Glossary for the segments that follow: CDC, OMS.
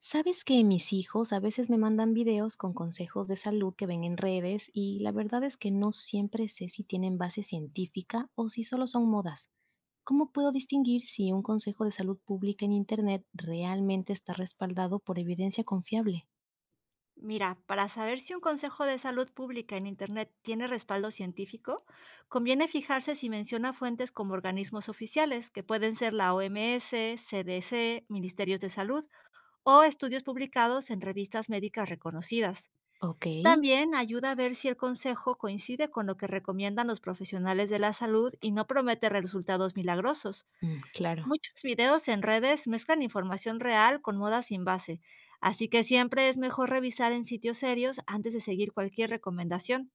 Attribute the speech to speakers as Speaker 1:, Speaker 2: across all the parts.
Speaker 1: Sabes que mis hijos a veces me mandan videos con consejos de salud que ven en redes y la verdad es que no siempre sé si tienen base científica o si solo son modas. ¿Cómo puedo distinguir si un consejo de salud pública en Internet realmente está respaldado por evidencia confiable?
Speaker 2: Mira, para saber si un consejo de salud pública en Internet tiene respaldo científico, conviene fijarse si menciona fuentes como organismos oficiales, que pueden ser la OMS, CDC, Ministerios de Salud o estudios publicados en revistas médicas reconocidas.
Speaker 1: Ok.
Speaker 2: También ayuda a ver si el consejo coincide con lo que recomiendan los profesionales de la salud y no promete resultados milagrosos.
Speaker 1: Mm, claro.
Speaker 2: Muchos videos en redes mezclan información real con moda sin base, así que siempre es mejor revisar en sitios serios antes de seguir cualquier recomendación.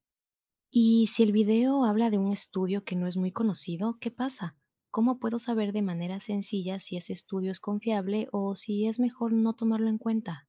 Speaker 1: Y si el video habla de un estudio que no es muy conocido, ¿qué pasa? ¿Cómo puedo saber de manera sencilla si ese estudio es confiable o si es mejor no tomarlo en cuenta?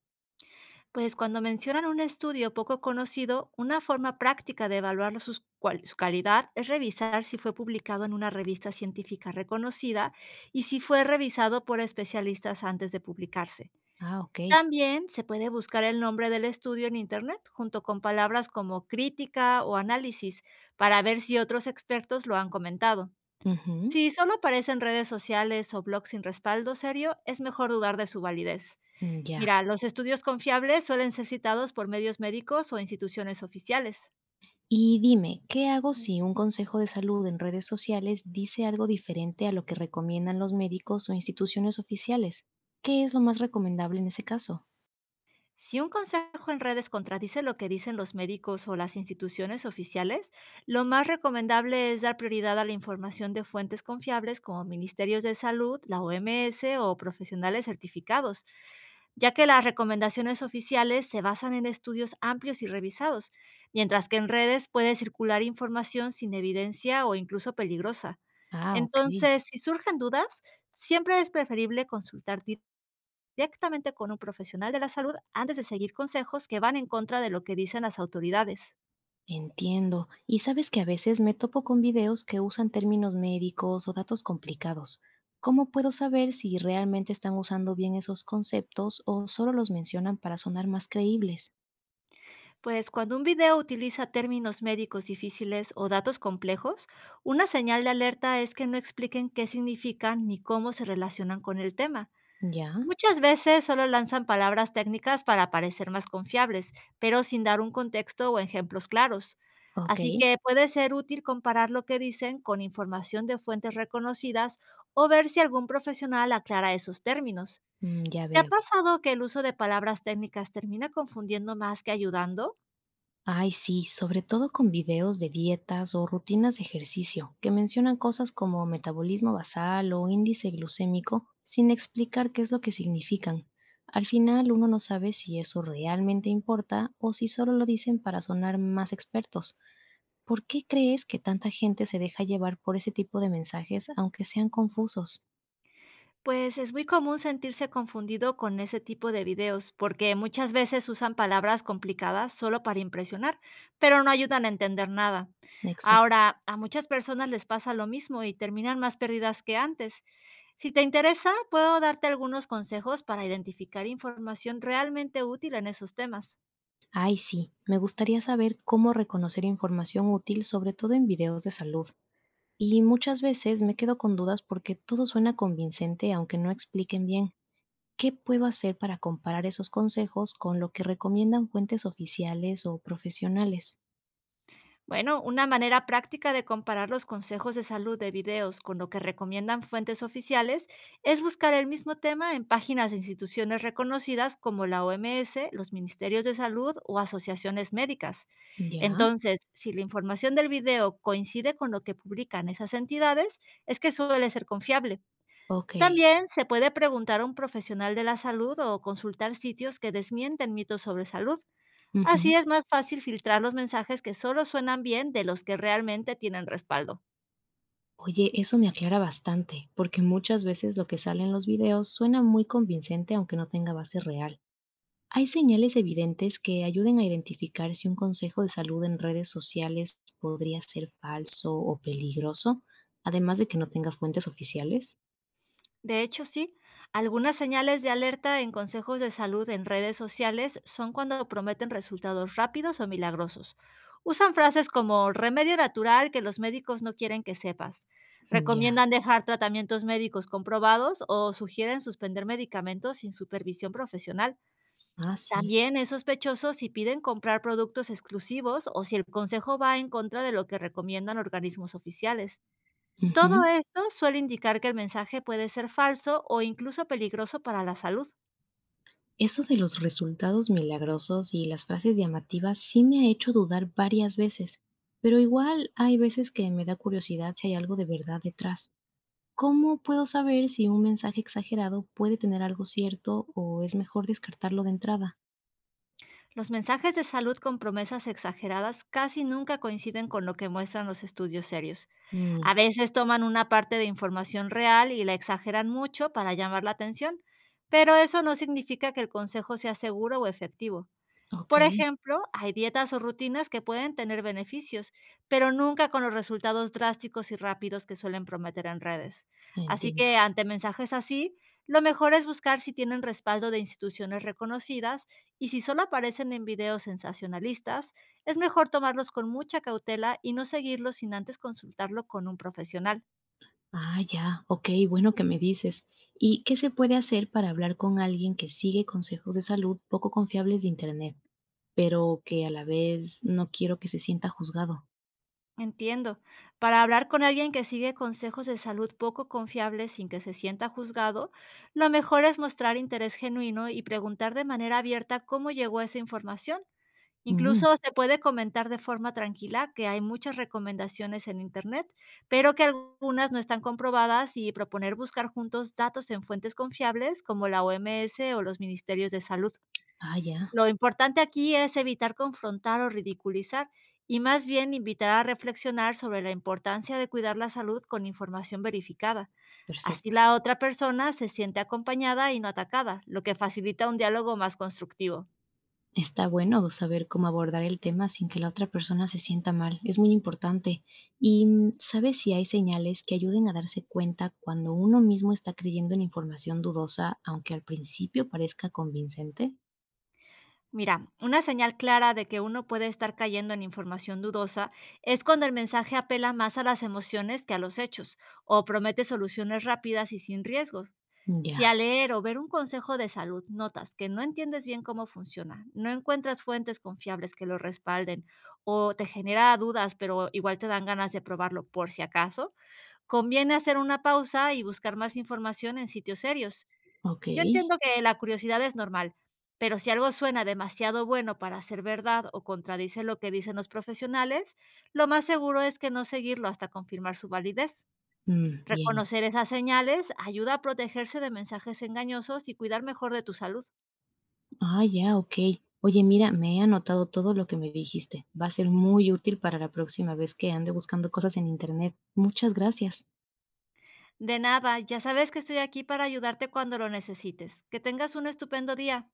Speaker 2: Pues cuando mencionan un estudio poco conocido, una forma práctica de evaluar su calidad es revisar si fue publicado en una revista científica reconocida y si fue revisado por especialistas antes de publicarse.
Speaker 1: Ah, ok.
Speaker 2: También se puede buscar el nombre del estudio en Internet junto con palabras como crítica o análisis para ver si otros expertos lo han comentado.
Speaker 1: Ujú.
Speaker 2: Si solo aparecen redes sociales o blogs sin respaldo serio, es mejor dudar de su validez.
Speaker 1: Mm, ya.
Speaker 2: Mira, los estudios confiables suelen ser citados por medios médicos o instituciones oficiales.
Speaker 1: Y dime, ¿qué hago si un consejo de salud en redes sociales dice algo diferente a lo que recomiendan los médicos o instituciones oficiales? ¿Qué es lo más recomendable en ese caso?
Speaker 2: Si un consejo en redes contradice lo que dicen los médicos o las instituciones oficiales, lo más recomendable es dar prioridad a la información de fuentes confiables como ministerios de salud, la OMS o profesionales certificados, ya que las recomendaciones oficiales se basan en estudios amplios y revisados, mientras que en redes puede circular información sin evidencia o incluso peligrosa.
Speaker 1: Ah, ok.
Speaker 2: Entonces, si surgen dudas, siempre es preferible consultar directamente con un profesional de la salud antes de seguir consejos que van en contra de lo que dicen las autoridades.
Speaker 1: Entiendo. Y sabes que a veces me topo con videos que usan términos médicos o datos complicados. ¿Cómo puedo saber si realmente están usando bien esos conceptos o solo los mencionan para sonar más creíbles?
Speaker 2: Pues cuando un video utiliza términos médicos difíciles o datos complejos, una señal de alerta es que no expliquen qué significan ni cómo se relacionan con el tema.
Speaker 1: Ya,
Speaker 2: Muchas veces solo lanzan palabras técnicas para parecer más confiables, pero sin dar un contexto o ejemplos claros.
Speaker 1: ok.
Speaker 2: Así que puede ser útil comparar lo que dicen con información de fuentes reconocidas o ver si algún profesional aclara esos términos.
Speaker 1: Ya
Speaker 2: ¿Te ha
Speaker 1: veo.
Speaker 2: pasado que el uso de palabras técnicas termina confundiendo más que ayudando?
Speaker 1: Ay, sí, sobre todo con videos de dietas o rutinas de ejercicio que mencionan cosas como metabolismo basal o índice glucémico sin explicar qué es lo que significan. Al final uno no sabe si eso realmente importa o si solo lo dicen para sonar más expertos. ¿Por qué crees que tanta gente se deja llevar por ese tipo de mensajes aunque sean confusos?
Speaker 2: Pues es muy común sentirse confundido con ese tipo de videos, porque muchas veces usan palabras complicadas solo para impresionar, pero no ayudan a entender nada.
Speaker 1: Exacto.
Speaker 2: Ahora, a muchas personas les pasa lo mismo y terminan más perdidas que antes. Si te interesa, puedo darte algunos consejos para identificar información realmente útil en esos temas.
Speaker 1: Ay, sí, me gustaría saber cómo reconocer información útil, sobre todo en videos de salud. Y muchas veces me quedo con dudas porque todo suena convincente, aunque no expliquen bien. ¿Qué puedo hacer para comparar esos consejos con lo que recomiendan fuentes oficiales o profesionales?
Speaker 2: Bueno, una manera práctica de comparar los consejos de salud de videos con lo que recomiendan fuentes oficiales es buscar el mismo tema en páginas de instituciones reconocidas como la OMS, los ministerios de salud o asociaciones médicas.
Speaker 1: Ya,
Speaker 2: Entonces, si la información del video coincide con lo que publican esas entidades, es que suele ser confiable.
Speaker 1: ok.
Speaker 2: También se puede preguntar a un profesional de la salud o consultar sitios que desmienten mitos sobre salud.
Speaker 1: Ujú.
Speaker 2: Así es más fácil filtrar los mensajes que solo suenan bien de los que realmente tienen respaldo.
Speaker 1: Oye, eso me aclara bastante, porque muchas veces lo que sale en los videos suena muy convincente aunque no tenga base real. ¿Hay señales evidentes que ayuden a identificar si un consejo de salud en redes sociales podría ser falso o peligroso, además de que no tenga fuentes oficiales?
Speaker 2: De hecho, sí, algunas señales de alerta en consejos de salud en redes sociales son cuando prometen resultados rápidos o milagrosos. Usan frases como remedio natural que los médicos no quieren que sepas.
Speaker 1: Ya.
Speaker 2: Recomiendan dejar tratamientos médicos comprobados o sugieren suspender medicamentos sin supervisión profesional.
Speaker 1: Ah, sí.
Speaker 2: También es sospechoso si piden comprar productos exclusivos o si el consejo va en contra de lo que recomiendan organismos oficiales. Todo
Speaker 1: Ujú.
Speaker 2: esto suele indicar que el mensaje puede ser falso o incluso peligroso para la salud.
Speaker 1: Eso de los resultados milagrosos y las frases llamativas sí me ha hecho dudar varias veces, pero igual hay veces que me da curiosidad si hay algo de verdad detrás. ¿Cómo puedo saber si un mensaje exagerado puede tener algo cierto o es mejor descartarlo de entrada?
Speaker 2: Los mensajes de salud con promesas exageradas casi nunca coinciden con lo que muestran los estudios serios.
Speaker 1: Mm,
Speaker 2: A veces toman una parte de información real y la exageran mucho para llamar la atención, pero eso no significa que el consejo sea seguro o efectivo.
Speaker 1: ok,
Speaker 2: Por ejemplo, hay dietas o rutinas que pueden tener beneficios, pero nunca con los resultados drásticos y rápidos que suelen prometer en redes. Así
Speaker 1: entiendo.
Speaker 2: que ante mensajes así, lo mejor es buscar si tienen respaldo de instituciones reconocidas y si solo aparecen en videos sensacionalistas, es mejor tomarlos con mucha cautela y no seguirlos sin antes consultarlo con un profesional.
Speaker 1: Ah, ya, ok, bueno que me dices. ¿Y qué se puede hacer para hablar con alguien que sigue consejos de salud poco confiables de Internet, pero que a la vez no quiero que se sienta juzgado?
Speaker 2: Entiendo. Para hablar con alguien que sigue consejos de salud poco confiables sin que se sienta juzgado, lo mejor es mostrar interés genuino y preguntar de manera abierta cómo llegó esa información.
Speaker 1: Mm,
Speaker 2: Incluso se puede comentar de forma tranquila que hay muchas recomendaciones en Internet, pero que algunas no están comprobadas y proponer buscar juntos datos en fuentes confiables como la OMS o los ministerios de salud.
Speaker 1: ah, ya,
Speaker 2: Lo importante aquí es evitar confrontar o ridiculizar y más bien invitar a reflexionar sobre la importancia de cuidar la salud con información verificada. Así
Speaker 1: perfecto.
Speaker 2: la otra persona se siente acompañada y no atacada, lo que facilita un diálogo más constructivo.
Speaker 1: Está bueno saber cómo abordar el tema sin que la otra persona se sienta mal. Es muy importante. ¿Y sabes si hay señales que ayuden a darse cuenta cuando uno mismo está creyendo en información dudosa, aunque al principio parezca convincente?
Speaker 2: Mira, una señal clara de que uno puede estar cayendo en información dudosa es cuando el mensaje apela más a las emociones que a los hechos o promete soluciones rápidas y sin riesgos. Si
Speaker 1: Ya,
Speaker 2: al leer o ver un consejo de salud notas que no entiendes bien cómo funciona, no encuentras fuentes confiables que lo respalden o te genera dudas pero igual te dan ganas de probarlo por si acaso, conviene hacer una pausa y buscar más información en sitios serios.
Speaker 1: ok.
Speaker 2: Yo entiendo que la curiosidad es normal, pero si algo suena demasiado bueno para ser verdad o contradice lo que dicen los profesionales, lo más seguro es que no seguirlo hasta confirmar su validez.
Speaker 1: Mm, bien.
Speaker 2: Reconocer esas señales ayuda a protegerse de mensajes engañosos y cuidar mejor de tu salud.
Speaker 1: Ah, ya, ok. Oye, mira, me he anotado todo lo que me dijiste. Va a ser muy útil para la próxima vez que ande buscando cosas en internet. Muchas gracias.
Speaker 2: De nada, ya sabes que estoy aquí para ayudarte cuando lo necesites. Que tengas un estupendo día.